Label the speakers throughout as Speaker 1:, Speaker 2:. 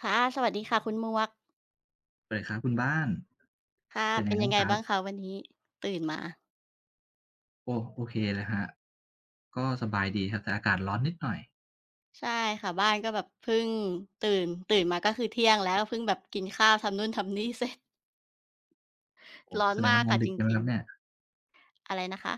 Speaker 1: ค่ะสวัสดีค่ะคุณหมวก
Speaker 2: สวัสดีครับคุณบ้าน
Speaker 1: ค่ะ
Speaker 2: เป็นไง
Speaker 1: เป็นยั
Speaker 2: บ้า
Speaker 1: ง
Speaker 2: ง
Speaker 1: ไง
Speaker 2: ครับ
Speaker 1: บ้างคะวันนี้ตื่นมา
Speaker 2: โอ้โอเคเลยครับก็สบายดีครับแต่อากาศร้อนนิดหน่อย
Speaker 1: ใช่ค่ะบ้านก็แบบเพิ่งตื่นมาก็คือเที่ยงแล้วเพิ่งแบบกินข้าวทำนู่นทำนี่เสร็จ
Speaker 2: โอ้
Speaker 1: ร้อน
Speaker 2: แสดง
Speaker 1: มา
Speaker 2: ว่า
Speaker 1: ก
Speaker 2: นอน
Speaker 1: ค่ะ
Speaker 2: ดึ
Speaker 1: จ
Speaker 2: กใช่ไหมค
Speaker 1: ริง
Speaker 2: รับ
Speaker 1: ๆ
Speaker 2: เนี่ย
Speaker 1: อะไรนะคะ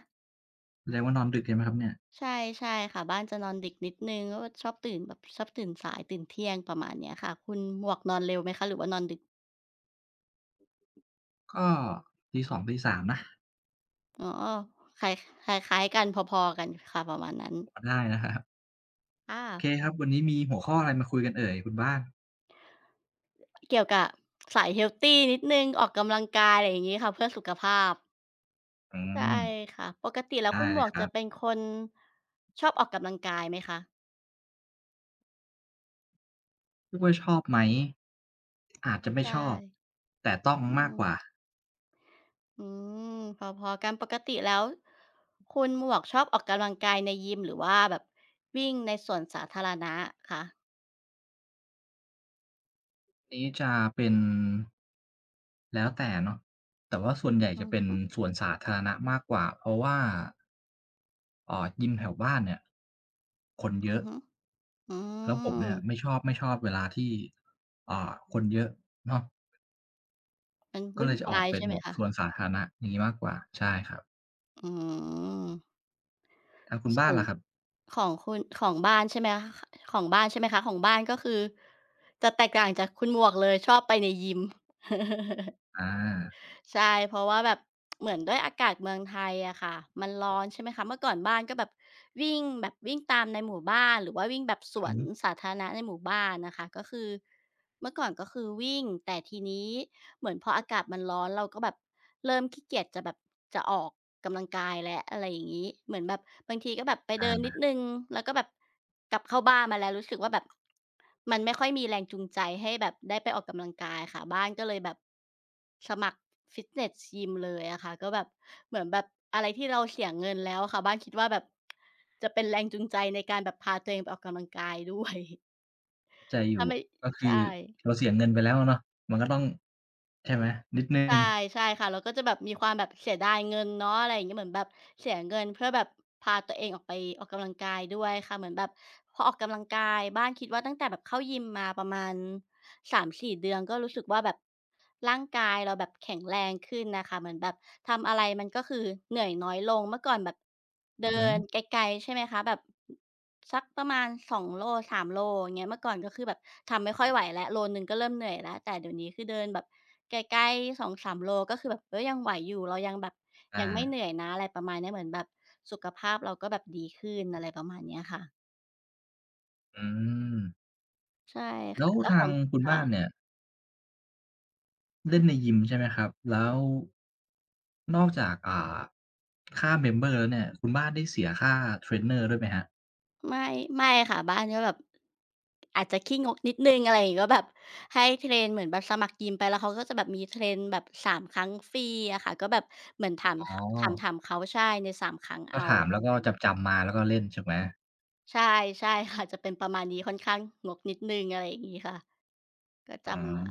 Speaker 2: แสดงว่านอนดึกใช่ไหมครับเนี่ย
Speaker 1: ใช่ใช่ค่ะบ้านจะนอนดึกนิดหนึ่งก็ชอบตื่นสายตื่นเที่ยงประมาณเนี้ยค่ะคุณหมวกนอนเร็วไหมคะหรือว่านอนดึก
Speaker 2: ก็2:00สองตีสามนะ
Speaker 1: อ๋อคล้ายคล้ายๆกันพอๆกันค่ะประมาณนั้น
Speaker 2: พอได้นะครับ
Speaker 1: อา
Speaker 2: โอเคครับวันนี้มีหัวข้ออะไรมาคุยกันเอ่ยคุณบ้าน
Speaker 1: เกี่ยวกับสายเฮลทีนิดหนึ่งออกกำลังกายอะไรอย่างงี้ค่ะเพื่อสุขภาพ
Speaker 2: อื
Speaker 1: ใช่
Speaker 2: ม
Speaker 1: ค่ะปกติแล้ว
Speaker 2: ได้
Speaker 1: คุณหม
Speaker 2: เลย
Speaker 1: วก
Speaker 2: ครั
Speaker 1: จะเป็น
Speaker 2: บ
Speaker 1: คนชอบออกกำลังกายไหมคะ
Speaker 2: เรียกว่าชอบไหมอาจจะไม่
Speaker 1: ใช่
Speaker 2: ชอบแต่ต้อง
Speaker 1: อื
Speaker 2: มาก
Speaker 1: ม
Speaker 2: กว่า
Speaker 1: อืมพอๆกันปกติแล้วคุณหมวกชอบออกกำลังกายในยิมหรือว่าแบบวิ่งในสวนสาธารณะคะ
Speaker 2: นี้จะเป็นแล้วแต่เนาะแต่ว่าส่วน
Speaker 1: อื
Speaker 2: ให
Speaker 1: อ
Speaker 2: ญ่จะเป็น
Speaker 1: ฮึ
Speaker 2: สวนสาธารณะมากกว่าเพราะว่ายิมแถวบ้านเนี่ยคนเย
Speaker 1: อือ
Speaker 2: อะ
Speaker 1: ฮึอื
Speaker 2: แล้วผม
Speaker 1: ม
Speaker 2: เนี่ยไม่ชอบเวลาที่คนเยอะเนาะ
Speaker 1: มัน
Speaker 2: ก็
Speaker 1: วุ่
Speaker 2: เล
Speaker 1: น
Speaker 2: ยจะออ
Speaker 1: วา
Speaker 2: ก
Speaker 1: ย
Speaker 2: เป็น
Speaker 1: ใช่ไห
Speaker 2: แบ
Speaker 1: ม
Speaker 2: บ
Speaker 1: คะ
Speaker 2: สวนสาธารณะอย่างงี้มากกว่าใช่ครับ
Speaker 1: อืม
Speaker 2: ทางคุณบ้า
Speaker 1: ส่
Speaker 2: น
Speaker 1: วน
Speaker 2: ล่ะครับ
Speaker 1: ของคุณของบ้านใช่ไหมคของบ้านใช่ไหมคะของบ้านก็คือจะแตกต่างจากคุณหมวกเลยชอบไปในยิม
Speaker 2: อา
Speaker 1: ใช่เพราะว่าแบบเหมือนด้วยอากาศเมืองไทยอะค่ะมันร้อนใช่ไหมคะเมื่อก่อนบ้านก็แบบวิ่งตามในหมู่บ้านหรือว่าวิ่งแบบสว
Speaker 2: อือ
Speaker 1: น
Speaker 2: ฮึ
Speaker 1: สาธารณะในหมู่บ้านนะคะก็คือ เมื่อก่อนก็คือวิ่งแต่ทีนี้เหมือนพออากาศมันร้อนเราก็แบบเริ่มขี้เกียจจะแบบจะออกกำลังกายแล้วอะไรอย่างงี้เหมือนแบบบางทีก็แบบไป
Speaker 2: อา
Speaker 1: เดินนิดหนึ่งแล้วก็แบบกลับเข้าบ้านมาแล้วรู้สึกว่าแบบมันไม่ค่อยมีแรงจูงใจให้แบบได้ไปออกกำลังกายค่ะบ้านก็เลยแบบสมัครฟิตเนสยิมเลยอะค่ะก็แบบเหมือนแบบอะไรที่เราเสียเงินแล้วอะค่ะบ้านคิดว่าแบบจะเป็นแรงจูงใจในการแบบพาตัวเองไปออกกำลังกายด้วย
Speaker 2: เข้าใจ อ
Speaker 1: ถ้า
Speaker 2: ยู่
Speaker 1: ไม่
Speaker 2: ก็คือ
Speaker 1: ใช่
Speaker 2: เราเสียเงินไปแล้วอะเนาะมันก็ต้องใช่ไหมนิดหนึ่ง
Speaker 1: ใช่ใช่ค่ะเราก็จะแบบมีความแบบเสียดายเงินเนาะอะไรอย่างเงี้ยเหมือนแบบเสียเงินเพื่อแบบพาตัวเองออกไปออกกำลังกายด้วยค่ะเหมือนแบบพอออกกำลังกายบ้านคิดว่าตั้งแต่แบบเข้ายิมมาประมาณ3-4เดือนก็รู้สึกว่าแบบร่างกายเราแบบแข็งแรงขึ้นน่ะค่ะเหมือนแบบทำอะไรมันก็คือเหนื่อยน้อยลงเมื่อก่อนแบบ
Speaker 2: อื
Speaker 1: เดิ
Speaker 2: อฮึ
Speaker 1: นไกลๆใช่ไหมคะแบบ สักประมาณ2โล3โลอย่างเงี้ยเมื่อก่อนก็คือแบบทำไม่ค่อยไหวแล้วโลหนึ่งก็เริ่มเหนื่อยแล้วแต่เดี๋ยวนี้คือเดินแบบไกลๆ2-3โลก็คือแบบเฮ้ยยังไหวอยู่เรายังแบบยังไม่เห
Speaker 2: อา
Speaker 1: นื่อยนะอะไรประมาณเนี้ยเหมือนแบบสุขภาพเราก็แบบดีขึ้นอะไรประมาณเนี้ยค่ะ
Speaker 2: อืม
Speaker 1: ใช่
Speaker 2: แล้ว
Speaker 1: ค่ะแล้ว
Speaker 2: ทา
Speaker 1: ข
Speaker 2: ง
Speaker 1: อง
Speaker 2: คุณบ้าน
Speaker 1: ค่ะ
Speaker 2: เนี่ยเล่นในยิมใช่ไหมครับแล้วนอกจากค่าเมมเบอร์แล้วเนี่ยคุณบ้านได้เสียค่าเทรนเนอร์ด้วยไหมครับ
Speaker 1: ไม่ไม่ค่ะบ้านก็แบบอาจจะขี้งกนิดหนึ่งอะไรอย่างงี้ก็แบบให้เทรนเหมือนแบบสมัครยิมไปแล้วเขาก็จะแบบมีเทรนแบบ3ครั้งฟรีอะค่ะก็แบบเหมือนถาม
Speaker 2: อ๋
Speaker 1: ข
Speaker 2: อ
Speaker 1: ถามถามเขาใช่ใน3ครั้ง
Speaker 2: ก็
Speaker 1: เอา
Speaker 2: ถาม
Speaker 1: ป
Speaker 2: แล้
Speaker 1: ระ
Speaker 2: วก็
Speaker 1: มาณ
Speaker 2: จำๆมาแล้วก็เล่นถูกไหม
Speaker 1: ใช่ใช่ค่ะจะเป็นประมาณนี้ค่อนข้างงกนิดหนึ่งอะไรอย่างงี้ค่ะก็
Speaker 2: อ๋อ
Speaker 1: จำมา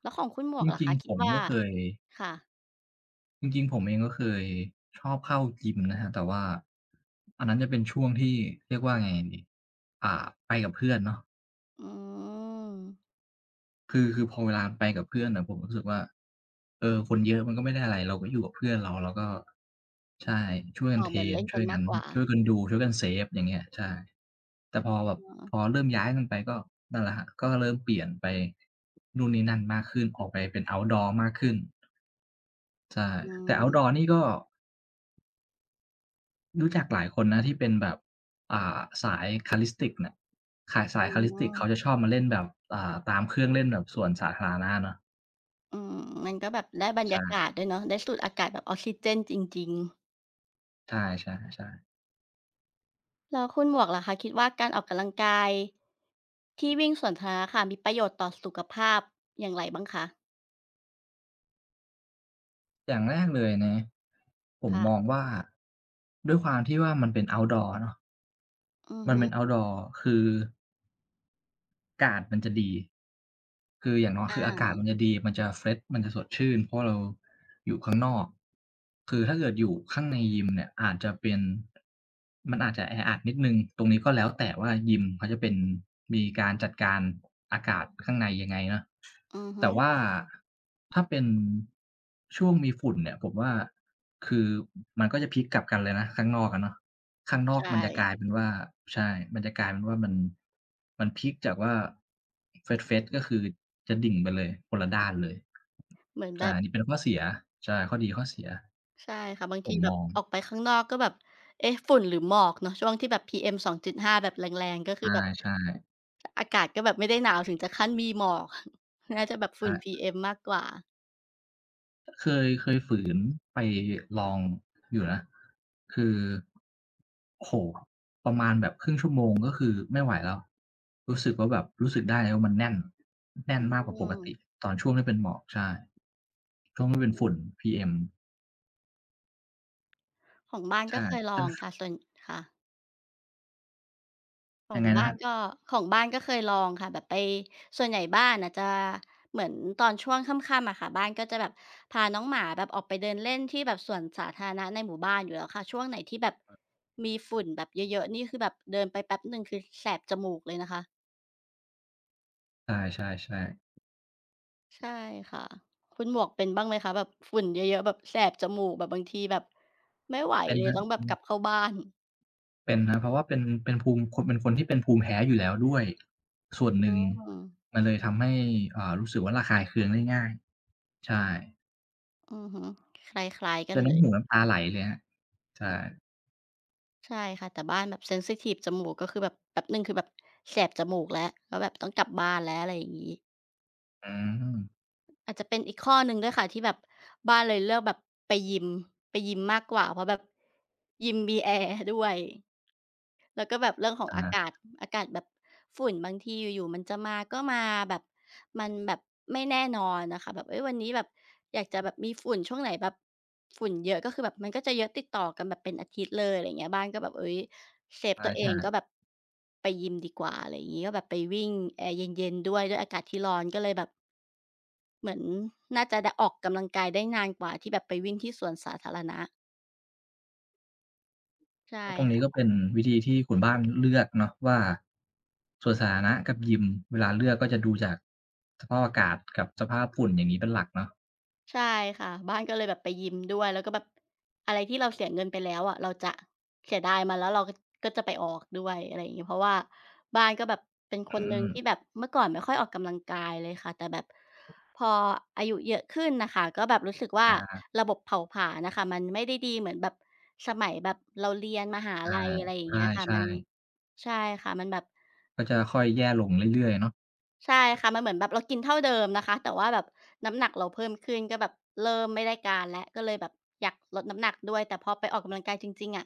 Speaker 1: แล้วของคุณหม
Speaker 2: จ
Speaker 1: วกล่ะ
Speaker 2: ริง
Speaker 1: คะ
Speaker 2: ๆผ
Speaker 1: คิด
Speaker 2: ม
Speaker 1: ว่า
Speaker 2: ก็เคย
Speaker 1: ค่ะ
Speaker 2: จริงๆผมเองก็เคยชอบเข้ายิมนะครับแต่ว่าอันนั้นจะเป็นช่วงที่เรียกว่าไงดีอ่าไปกับเพื่อนเนาะ
Speaker 1: อืม
Speaker 2: คือพอเวลาไปกับเพื่อนน่ะผมรู้สึกว่าเออคนเยอะมันก็ไม่ได้อะไรเราก็อยู่กับเพื่อนเราแล้วก็ใช่ช่วยกัน
Speaker 1: อ๋อ
Speaker 2: เท
Speaker 1: เห
Speaker 2: ร
Speaker 1: มือน
Speaker 2: น
Speaker 1: เล่น
Speaker 2: ช่
Speaker 1: กั
Speaker 2: ว
Speaker 1: น
Speaker 2: ยกั
Speaker 1: มา
Speaker 2: น
Speaker 1: กกว่า
Speaker 2: ช่วยกันดูช่วยกันเซฟอย่างเงี้ยใช่แต่พอแบบ
Speaker 1: อ๋
Speaker 2: พอ
Speaker 1: อ
Speaker 2: เริ่มย้ายกันไปก็นั่นแหละครับก็เริ่มเปลี่ยนไปนู่นนี่นั่นมากขึ้นออกไปเป็น outdoor มากขึ้นใช่
Speaker 1: อื
Speaker 2: แต่ outdoor
Speaker 1: ม
Speaker 2: นี่ก็รู้จักหลายคนนะที่เป็นแบบอ่าสาย Calisthenics น่ะขายสา
Speaker 1: อื
Speaker 2: ย Calisthenics เขาจะช
Speaker 1: ม
Speaker 2: อบมาเล่นแบบตามเครื่องเล่นแบบสวนสาธารณะเนาะ
Speaker 1: อืมมันก็แบบได้บรรยา
Speaker 2: ใช่
Speaker 1: กาศด้วยเนาะได้สูดอากาศแบบออกซิเจนจริงๆ
Speaker 2: ใช่ๆๆ
Speaker 1: แล้วคุณหมวกล่ะคะคิดว่าการออกกำลังกายที่วิ่งสวนสาธารณะค่ะมีประโยชน์ต่อสุขภาพอย่างไรบ้างคะ
Speaker 2: อย่างแรกเลยนะผมมอง
Speaker 1: ค่ะ
Speaker 2: ว่าด้วยความที่ว่ามันเป็น Outdoor เนาะ
Speaker 1: อือ
Speaker 2: มันเป็น
Speaker 1: ฮึ
Speaker 2: Outdoor คือากาศมันจะดีคืออย่างน้อย
Speaker 1: อ
Speaker 2: คืออากาศมั
Speaker 1: า
Speaker 2: นจะดี มันจะเฟรชมันจะสดชื่นเพราะว่าเราอยู่ข้างนอกคือถ้าเกิดอยู่ข้างในยิมเนี่ยอาจจะเป็นมันอาจจะแออัดนิดหนึ่งตรงนี้ก็แล้วแต่ว่ายิมเขาจะเป็นมีการจัดการอากาศข้างในยังไงเนาะ
Speaker 1: อือฮึ
Speaker 2: แต่ว่าถ้าเป็นช่วงมีฝุ่นเนี่ยผมว่าคือมันก็จะพลิกกลับกันเลยนะข้างนอกอะเนาะ ข้างนอก
Speaker 1: ใช่
Speaker 2: มันจะกลายเป็นว่าใช่มันจะกลายเป็นว่ามันมันพลิกจากว่า Fresh ก็คือจะดิ่งไปเลยคนละด้านเลย
Speaker 1: เหมือนแบ
Speaker 2: ใช่
Speaker 1: บ
Speaker 2: อันนี้เป็นข้อเสียใช่ข้อดีข้อเสีย
Speaker 1: ใช่ค่ะบาง
Speaker 2: ผ
Speaker 1: ที
Speaker 2: ม
Speaker 1: แบ
Speaker 2: ม
Speaker 1: บ
Speaker 2: อง
Speaker 1: ออกไปข้างนอกก็แบบเอ๊ะฝุ่นหรือหมอกเนาะช่วงที่แบบ PM2.5 แบบแรงๆก็คือแบบ
Speaker 2: ใช่
Speaker 1: อากาศก็แบบไม่ได้หนาวถึงจะขั้นมีหมอก น่าจะแบบ
Speaker 2: ๆใช่
Speaker 1: ฝุ่น PM มากกว่า
Speaker 2: เคยฝืนไปลองอยู่นะคือโอ้โฮประมาณแบบครึ่งชั่วโมงก็คือไม่ไหวแล้วรู้สึกว่าแบบรู้สึกได้เลยว่ามันแน่นแน่น
Speaker 1: อื
Speaker 2: มากกว่าปกติ
Speaker 1: ม
Speaker 2: ตอนช่วงที่เป็นหมอกใช่ช่วงที่เป็นฝุ่น PM
Speaker 1: ของบ้าน
Speaker 2: ใช่
Speaker 1: ก็เคยล
Speaker 2: จะ
Speaker 1: อง
Speaker 2: ส
Speaker 1: ค่ะส่วนค่ะข
Speaker 2: ยั
Speaker 1: อ
Speaker 2: ง
Speaker 1: ง
Speaker 2: ไงนะ
Speaker 1: บ้า
Speaker 2: ค
Speaker 1: น
Speaker 2: รับ
Speaker 1: ก็ของบ้านก็เคยลองค่ะแบบไปส่วนใหญ่บ้านน่ะจะเหมือนตอนช่วงค่ำๆอะค่ะบ้านก็จะแบบพาน้องหมาแบบออกไปเดินเล่นที่แบบสวนสาธารณะในหมู่บ้านอยู่แล้วค่ะช่วงไหนที่แบบมีฝุ่นแบบเยอะๆนี่คือแบบเดินไปแป๊บหนึ่งคือแสบจมูกเลยนะคะ
Speaker 2: ใช่ๆๆ
Speaker 1: ใช่ค่ะคุณหมวกเป็นบ้างไหมคะแบบฝุ่นเยอะๆแบบแสบจมูกแบบบางทีแบบไม่ไหว
Speaker 2: เป็น
Speaker 1: เล
Speaker 2: ค
Speaker 1: ย
Speaker 2: รับ
Speaker 1: ต้องแบบ
Speaker 2: อื
Speaker 1: ก
Speaker 2: ม
Speaker 1: ลับเข้าบ้าน
Speaker 2: เป็นครับเพราะว่าเป็นภูมิคนเป็นคนที่เป็นภูมิแพ้อยู่แล้วด้วยส่วนหนึ่ง
Speaker 1: อืม
Speaker 2: มันเลยทำให้รู้สึกว่าระคายเคืองได้ง่ายใช่
Speaker 1: อือฮึคล้ายๆกั
Speaker 2: แต่
Speaker 1: นเล
Speaker 2: น้ำ
Speaker 1: ย
Speaker 2: หูน้ำตาไหลเลยครับใช่
Speaker 1: ใช่ค่ะแต่บ้านแบบเซนซิทิฟจมูกก็คือแบบแป๊บหนึ่งคือแบบแสบจมูกแล้วแบบต้องกลับบ้านแล้วอะไรอย่างงี้
Speaker 2: อืม
Speaker 1: อาจจะเป็นอีกข้อหนึ่งด้วยค่ะที่แบบบ้านเลยเลือกแบบไปยิมไปยิมมากกว่าเพราะแบบยิมมีแอร์ด้วย แล้วก็แบบเรื่องของ
Speaker 2: อะ
Speaker 1: อา
Speaker 2: ฮะ
Speaker 1: กาศอากาศแบบฝุ่นบางทีอยู่ๆมันจะมาก็มาแบบมันแบบไม่แน่นอนน่ะค่ะแบบเฮ้ยวันนี้แบบอยากจะแบบมีฝุ่นช่วงไหนแบบฝุ่นเยอะก็คือแบบมันก็จะเยอะติดต่อกันแบบเป็นอาทิตย์เลยอะไรอย่างเงี้ยบ้านก็แบบเฮ้ยเซฟตัวเองก็
Speaker 2: ใช่
Speaker 1: แบบไปยิมดีกว่าอะไรอย่างงี้ก็แบบไปวิ่งแอร์เย็นๆด้วยอากาศที่ร้อนก็เลยแบบเหมือนน่าจะได้ออกกำลังกายได้นานกว่าที่แบบไปวิ่งที่สวนสาธารณะใช่
Speaker 2: ๆก็ตรงนี้ก็
Speaker 1: ค่ะ
Speaker 2: เป็นวิธีที่คุณบ้านเลือกเนาะว่าสวนสาธารณะกับยิมเวลาเลือกก็จะดูจากสภาพอากาศกับสภาพฝุ่นอย่างงี้เป็นหลักเนาะ
Speaker 1: ใช่ค่ะบ้านก็เลยแบบไปยิ้มด้วยแล้วก็แบบอะไรที่เราเสียเงินไปแล้วอะเราจะเสียดายมันแล้วเราก็จะไปออกด้วยอะไรอย่างงี้เพราะว่าบ้านก็แบบเป็นคน
Speaker 2: อื
Speaker 1: หนึ่ง
Speaker 2: ม
Speaker 1: ที่แบบเมื่อก่อนไม่ค่อยออกกำลังกายเลยค่ะแต่แบบพออายุเยอะขึ้นน่ะค่ะก็แบบรู้สึกว่า
Speaker 2: อา
Speaker 1: ระบบเผาผลาญน่ะค่ะมันไม่ได้ดีเหมือนแบบสมัยแบบเราเรียนมหาลัยอะไรอย่าง
Speaker 2: ใช่
Speaker 1: เงี้ยค่ะ
Speaker 2: ใช่
Speaker 1: มัน
Speaker 2: ๆ
Speaker 1: ใช่ค่ะมันแบบ
Speaker 2: ก็จะค่อยแย่ลงเรื่อยๆเนาะ
Speaker 1: ใช่ค่ะมันเหมือนแบบเรากินเท่าเดิมนะคะแต่ว่าแบบน้ำหนักเราเพิ่มขึ้นก็แบบเริ่มไม่ได้การแล้วก็เลยแบบอยากลดน้ำหนักด้วยแต่พอไปออกกำลังกายจริงๆอะ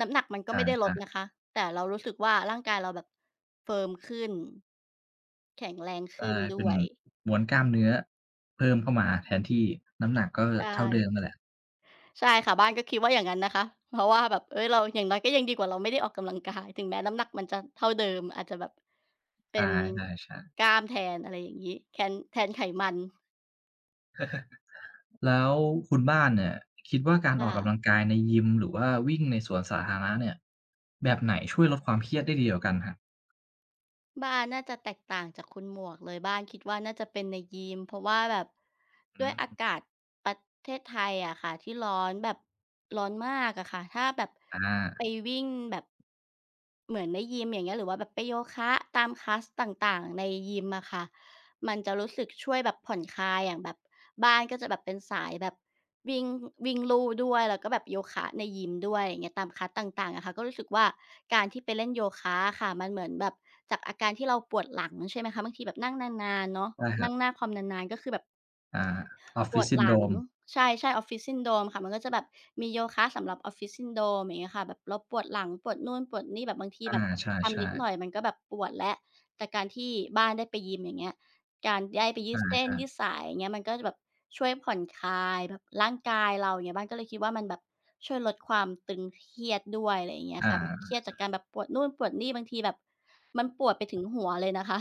Speaker 1: น้ำหนักมันก็
Speaker 2: อา
Speaker 1: ไม่ได้ล
Speaker 2: ใช่
Speaker 1: ดนะ
Speaker 2: ใ
Speaker 1: คะแต่เรารู้สึกว่าร่างกายเราแบบเฟิร์มขึ้นแข็งแรงขึ้
Speaker 2: ช่
Speaker 1: น
Speaker 2: เป็
Speaker 1: ด้
Speaker 2: น
Speaker 1: วย
Speaker 2: มวนกล้ามเนื้อเพิ่มเข้ามาแทนที่น้ำหนักก็
Speaker 1: ใช่
Speaker 2: เท่าเดิมนั่นแหละ
Speaker 1: ใช่ค่ะบ้านก็คิดว่าอย่างนั้นนะคะเพราะว่าแบบเฮ้ยเราอย่างน้อยก็ยังดีกว่าเราไม่ได้ออกกำลังกายถึงแม้น้ำหนักมันจะเท่าเดิมอาจจะแบบ
Speaker 2: ใช
Speaker 1: เป็น
Speaker 2: ่ๆๆ
Speaker 1: กล้ามแทนอะไรอย่างงี้แคนแทนไขมัน
Speaker 2: แล้วคุณบ้านเนี่ยคิดว่าการออกกำลัง
Speaker 1: ค่ะ
Speaker 2: กายในยิมหรือว่าวิ่งในสวนสาธารณะเนี่ยแบบไหนช่วยลดความเครียดได้ดีกว่ากันครับ
Speaker 1: บ้านน่าจะแตกต่างจากคุณหมวกเลยบ้านคิดว่าน่าจะเป็นในยิมเพราะว่าแบบ
Speaker 2: อื
Speaker 1: ด้วยอา
Speaker 2: ม
Speaker 1: กาศประเทศไทยอะค่ะที่ร้อนแบบร้อนมากอะค่ะถ้าแบบไป
Speaker 2: อา
Speaker 1: วิ่งแบบเหมือนในยิมอย่างเงี้ยหรือว่าแบบไปโยคะตามคลาสต่างๆในยิมอะค่ะ มันจะรู้สึกช่วยแบบผ่อนคลายอย่างแบบบ้านก็จะแบบเป็นสายแบบวิ่งวิ่งลู่ด้วยแล้วก็แบบโยคะในยิมด้วยอย่างเงี้ยตามคลาสต่างๆอะค่ะก็รู้สึกว่าการที่ไปเล่นโยคะอะค่ะมันเหมือนแบบจากอาการที่เราปวดหลังใช่ไหมคะบางทีแบบนั่งนานๆเนาะ
Speaker 2: ได้ครั
Speaker 1: นั่งห
Speaker 2: บ
Speaker 1: น้าคอมนานๆก็คือแบบ
Speaker 2: อา
Speaker 1: ปว
Speaker 2: Office
Speaker 1: ดหลัง
Speaker 2: Syndrome
Speaker 1: ใช่ๆ Office Syndrome ค่ะมันก็จะแบบมีโยคะสำหรับ Office Syndrome อย่างเงี้ยค่ะแบบเราปวดหลังปวดนู่นปวดนี่แบบบางที
Speaker 2: อา
Speaker 1: แบบทำ
Speaker 2: ใช่
Speaker 1: นิดหน่อย
Speaker 2: ๆ
Speaker 1: มันก็แบบปวดแล้วแต่การที่บ้านได้ไปยิมอย่างเงี้ยการได้ไปยืด
Speaker 2: อา
Speaker 1: เส้น
Speaker 2: ใช่
Speaker 1: ยืดสายอย่างเงี้ยมันก็จะแบบช่วยผ่อนคลายแบบร่างกายเราอย่างเงี้ยบ้านก็เลยคิดว่ามันแบบช่วยลดความตึงเครียดด้วยอะไรอย่างเงี้ย
Speaker 2: อา
Speaker 1: ค่ะแบบเครียดจากการแบบปวดนู่นปวดนี่บางทีแบบมันปวดไปถึงหัวเลยนะคะ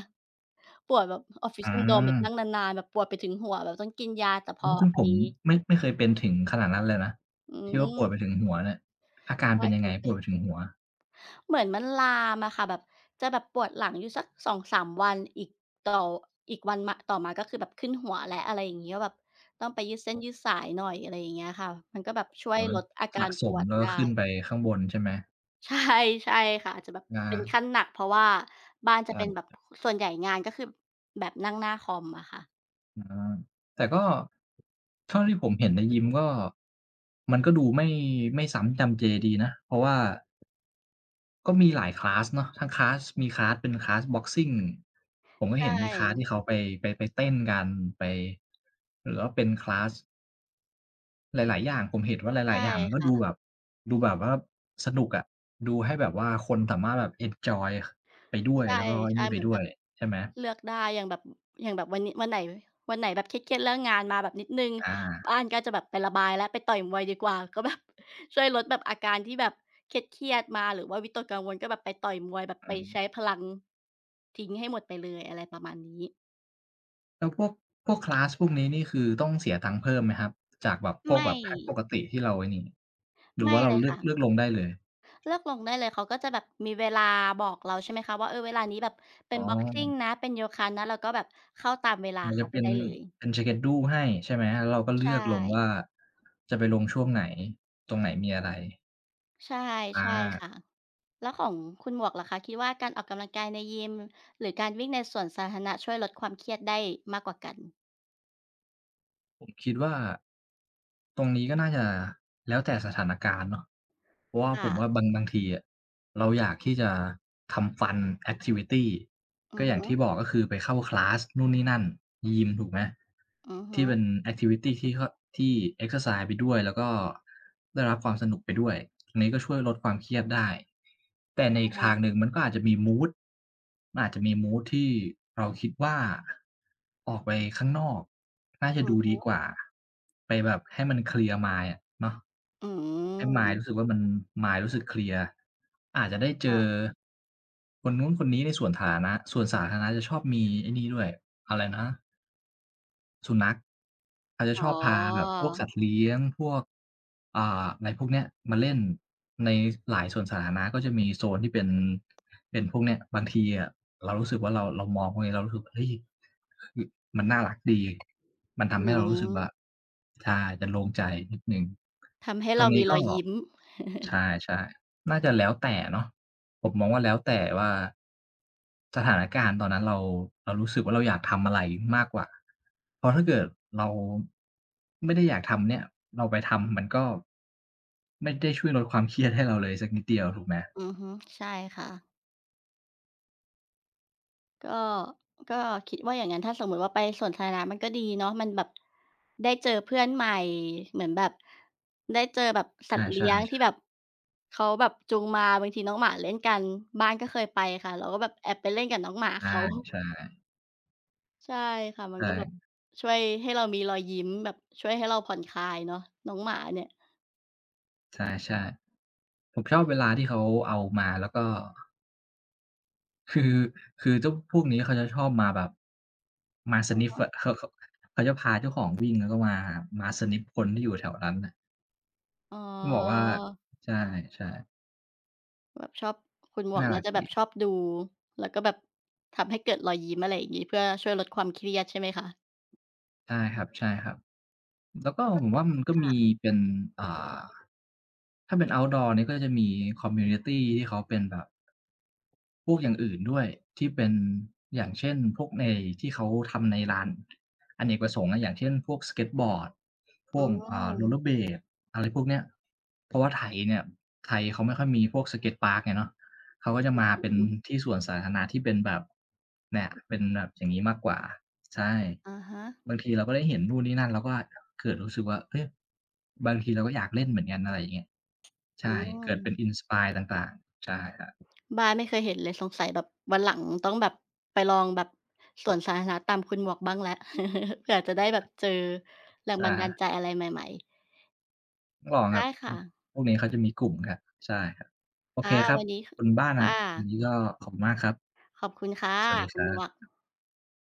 Speaker 1: ปวดแบบ
Speaker 2: อื
Speaker 1: Office Syndrome แบ
Speaker 2: ม
Speaker 1: บนั่งนานๆแบบปวดไปถึงหัวแบบต้องกินยาแต่พ
Speaker 2: อื
Speaker 1: อ
Speaker 2: มซึ่งผ
Speaker 1: ไอ้
Speaker 2: มไม่เคยเป็นถึงขนาดนั้นเลยนะ
Speaker 1: อื
Speaker 2: ที่ว่าปวดไปถึง
Speaker 1: ม
Speaker 2: หัวเนี่ยอาการเป็
Speaker 1: ไม่
Speaker 2: นยั
Speaker 1: เค
Speaker 2: งไง
Speaker 1: ย
Speaker 2: ป
Speaker 1: เป็
Speaker 2: วด
Speaker 1: น
Speaker 2: ไปถึงหัว
Speaker 1: เหมือนมันลามอะค่ะแบบจะแบบปวดหลังอยู่สัก2-3วันอีกต่ออีกวันมาต่อมาก็คือแบบขึ้นหัวแล้วอะไรอย่างงี้ก็แบบต้องไปยืดเส้นยืดสายหน่อยอะไรอย่างเงี้ยค่ะมันก็แบบช่วย
Speaker 2: อ๋อ
Speaker 1: ลดอากา
Speaker 2: สะ
Speaker 1: ร
Speaker 2: ส
Speaker 1: ป
Speaker 2: ม
Speaker 1: วด
Speaker 2: แล้วก็
Speaker 1: ได้
Speaker 2: ขึ้นไปข้างบนใช่ไหม
Speaker 1: ใช่ใช่ค่ะอาจจะแบบเป็นขั้
Speaker 2: อา
Speaker 1: นหนักเพราะว่าบ้านจะเป็นแบ
Speaker 2: อา
Speaker 1: บส่วนใหญ่งานก็คือแบบนั่งหน้าคอมอะค่ะ
Speaker 2: อาแต่ก็เท่าที่ผมเห็นในยิมก็มันก็ดูไม่ไม่ซ้ำจำเจดีนะเพราะว่าก็มีหลายคลาสเนาะทั้งคลาสมีคลาสเป็นคลาสบ็อกซิงผมก็
Speaker 1: ใช่
Speaker 2: เห็นมีคลาสที่เขาไปไปไปเต้นกันไปหรือว่าเป็นคลาส หลายๆ อย่างผมเห็นว่าหลา
Speaker 1: ใช่
Speaker 2: ยๆอย่างมันก็ดูแบ
Speaker 1: ค่ะ
Speaker 2: บดูแบบว่าสนุกอะดูให้แบบว่าคนสามารถแบบเอนจอยไปด้วย
Speaker 1: ใช่
Speaker 2: แล้วก็ไอ้
Speaker 1: ใช่
Speaker 2: นี่ไป
Speaker 1: เหมือน
Speaker 2: ด้
Speaker 1: แบ
Speaker 2: วย
Speaker 1: บ
Speaker 2: ใช่ไหม
Speaker 1: เลือกได้อย่างแบบอย่างแบบวันนี้วันไหนวันไหนแบบเครียดๆเลิกงานมาแบบนิดหนึ่ง
Speaker 2: อา
Speaker 1: บ้านก็จะแบบไประบายแล้วไปต่อยมวยดีกว่าก็แบบ ช่วยลดแบบอาการที่แบบเครียดๆมาหรือว่าวิตกกังวลก็แบบไปต่อยมวยแบบไป
Speaker 2: อื
Speaker 1: ใช้
Speaker 2: ม
Speaker 1: พลังทิ้งให้หมดไปเลยอะไรประมาณนี้
Speaker 2: แล้วพวกคลาสพวกนี้นี่คือต้องเสียตังค์เพิ่มไหมครับจากแบบพวกแบ
Speaker 1: ไม่
Speaker 2: บแพ็กปกติที่เราไอ้นี่หรือ
Speaker 1: ไม่
Speaker 2: ว่าเรา
Speaker 1: เลย
Speaker 2: เลือก
Speaker 1: ค่ะ
Speaker 2: เลือกลงได้เลย
Speaker 1: เลือกลงได้เลยเขาก็จะแบบมีเวลาบอกเราใช่ไหมคะว่าเออเวลานี้แบบเป็
Speaker 2: อ๋
Speaker 1: น
Speaker 2: อ
Speaker 1: บ็อกซิงนะเป็นโยคะนะเราก็แบบเข้าตามเวลา
Speaker 2: มันจะ
Speaker 1: เขาไป
Speaker 2: เป็น
Speaker 1: ได้เลย
Speaker 2: เป็น schedule ให้ใช่ไหมแล้วเราก็เลื
Speaker 1: ใช่
Speaker 2: อกลงว่าจะไปลงช่วงไหนตรงไหนมีอะไร
Speaker 1: ใช่
Speaker 2: อา
Speaker 1: ใช่ค่ะแล้วของคุณหมวกล่ะคะคิดว่าการออกกำลังกายในยิมหรือการวิ่งในสวนสาธารณะช่วยลดความเครียดได้มากกว่ากัน
Speaker 2: ผมคิดว่าตรงนี้ก็น่าจะแล้วแต่สถานการณ์เนาะเพราะว่าผ
Speaker 1: ค่ะ
Speaker 2: มว่าบางทีอะเราอยากที่จะทำ Fun แอคทิวิตี
Speaker 1: อื
Speaker 2: ก็
Speaker 1: อ
Speaker 2: อย่าง
Speaker 1: ฮึ
Speaker 2: ที่บอกก็คือไปเข้าคลาสนู่นนี่นั่นยิมถูกไหม
Speaker 1: อือ
Speaker 2: ที่
Speaker 1: ฮึ
Speaker 2: เป็นแอกทิวิตีที่เขาที่เอกเซอร์ไซซ์ไปด้วยแล้วก็ได้รับความสนุกไปด้วยอันนี้ก็ช่วยลดความเครียดได้แต่ในอีกทางหนึ่งมันก็อาจจะมีมูด มันอาจจะมีมูดที่เราคิดว่าออกไปข้างนอกน่าจะดูดี
Speaker 1: อือ
Speaker 2: กว่าไปแบบให้มันเคลียร์ mind อะเนาะ
Speaker 1: อื
Speaker 2: ให้ mind รู้สึ
Speaker 1: ม
Speaker 2: กว่ามัน mind รู้สึกเคลียร์อาจจะได้เจอ
Speaker 1: ค่ะ
Speaker 2: คนนู้นคนนี้ในส่วนฐานะส่วนสาธารณะจะชอบมีไอ้นี่ด้วยอะไรนะ สุนัขเขาจะ
Speaker 1: อ๋
Speaker 2: ช
Speaker 1: อ
Speaker 2: อบพาแบบพวกสัตว์เลี้ยงพวกอะไรพวกเนี้ยมาเล่นในหลายสวนสาธารณะก็จะมีโซนที่เป็นพวกเนี้ยบางทีอะเรารู้สึกว่าเรามองพวกนี้เรารู้สึกว่าเฮ้ยคือมันน่ารักดีมันทำให้
Speaker 1: อื
Speaker 2: เรารู้สึกว่า
Speaker 1: ม
Speaker 2: ใช่จะโล่งใจนิดหนึ่ง
Speaker 1: ทำให้
Speaker 2: ตร
Speaker 1: เรา
Speaker 2: งนี้
Speaker 1: มีร
Speaker 2: ก็
Speaker 1: อยยิ้ม
Speaker 2: ใช่ๆน่าจะแล้วแต่เนาะผมมองว่าแล้วแต่ว่าสถานการณ์ตอนนั้นเราเรารู้สึกว่าเราอยากทำอะไรมากกว่าเพราะถ้าเกิดเราไม่ได้อยากทำเนี่ยเราไปทำมันก็ไม่ได้ช่วยลดความเครียดให้เราเลยสักนิดเดียวถูกไหม
Speaker 1: อือฮึใช่ค่ะ ก็ก็คิดว่าอย่างงั้นถ้าสมมุติว่าไปสวนสาธารณะมันก็ดีเนาะมันแบบได้เจอเพื่อนใหม่เหมือนแบบได้เจอแบบสั
Speaker 2: อา
Speaker 1: ตว์เลี้ยงที่
Speaker 2: ใช่
Speaker 1: แบบเขาแบบจูงมาบางทีน้องหมาเล่นกันบ้านก็เคยไปค่ะเราก็แบบแอบไปเล่นกับน้องหมา
Speaker 2: ๆอา
Speaker 1: เขา
Speaker 2: ใช่
Speaker 1: ใช่ค่ะมันก็แบบ
Speaker 2: ใช่
Speaker 1: ช่วยให้เรามีรอยยิ้มแบบช่วยให้เราผ่อนคลายเนาะน้องหมาเนี่ย
Speaker 2: ใช่ใช่ๆผมชอบเวลาที่เขาเอามาแล้วก็ คือคือเจ้าพวกนี้เขาจะชอบมาแบบมา
Speaker 1: อือ
Speaker 2: sniff
Speaker 1: ฮึ
Speaker 2: อะเขาเขาจะพาเจ้าของวิ่งแล้วก็มามา sniff คนที่อยู่แถวนั้นน่ะ
Speaker 1: อ๋อ
Speaker 2: ต้องบอกว่าใช่ๆ
Speaker 1: แบบชอบคุณหมวก
Speaker 2: น่ารั
Speaker 1: น่า
Speaker 2: ก
Speaker 1: จะแบ
Speaker 2: ดี
Speaker 1: บชอบดูแล้วก็แบบทำให้เกิดรอยยิ้มอะไรอย่างงี้เพื่อช่วยลดความเครียดใช่ไหมคะ
Speaker 2: ใช่ครับๆแล้วก็
Speaker 1: ก็
Speaker 2: ผมว่ามันก็มี
Speaker 1: ค่ะ
Speaker 2: เป็นอ่า ถ้าเป็น outdoor นี่ก็จะมีคอมมิวนิตีที่เขาเป็นแบบพวกอย่างอื่นด้วยที่เป็นอย่างเช่นพวกในที่เขาทำในลานอเนกประสงค์อะอย่างเช่นพวกสเกตบอร์ดพ
Speaker 1: อื
Speaker 2: วก
Speaker 1: ม
Speaker 2: rollerblade อะไรพวกเนี้ยเพราะว่าไทยเนี่ยไทยเขาไม่ค่อยมีพวกสเกตพาร์กไงเนาะเขาก็จะมา
Speaker 1: อื
Speaker 2: เป็น
Speaker 1: อ
Speaker 2: ที่สวนสาธารณะที่เป็นแบบเนี่ยเป็นแบบอย่างงี้มากกว่าใช่
Speaker 1: อะฮะ
Speaker 2: บางทีเราก็ได้เห็นนู่นนี่นั่นเราก็เกิดรู้สึกว่าเฮ้ยบางทีเราก็อยากเล่นเหมือนกันอะไรอย่างเงี้ย
Speaker 1: อื
Speaker 2: ใช่ เกิดเป็น
Speaker 1: ม
Speaker 2: Inspire ต่างๆใช่ครับ
Speaker 1: บ้านไม่เคยเห็นเลยสงสัยแบบวันหลังต้องแบบไปลองแบบสวนสาธารณะตามคุณหมวกบ้างแล้ว เผื่อจะได้แบบเจอแรง
Speaker 2: ใช่
Speaker 1: บัน
Speaker 2: ค
Speaker 1: ดา
Speaker 2: รับ
Speaker 1: ลใจอะไรใหม่ๆ
Speaker 2: ต้องลองครั
Speaker 1: ได้
Speaker 2: บอื
Speaker 1: ค่ะ
Speaker 2: อพวกนี้เขาจะมีกลุ่มครับ ใช่ครับ โอเค
Speaker 1: ค่ะ
Speaker 2: ครับ
Speaker 1: วันนี้
Speaker 2: คุณบ้าน
Speaker 1: ค่
Speaker 2: อะวันนี้
Speaker 1: ะ
Speaker 2: ก็ขอบคุณมากครับ
Speaker 1: ขอบคุณค่ะ
Speaker 2: สวัสดีค
Speaker 1: คุณ
Speaker 2: รั
Speaker 1: หมวก
Speaker 2: บ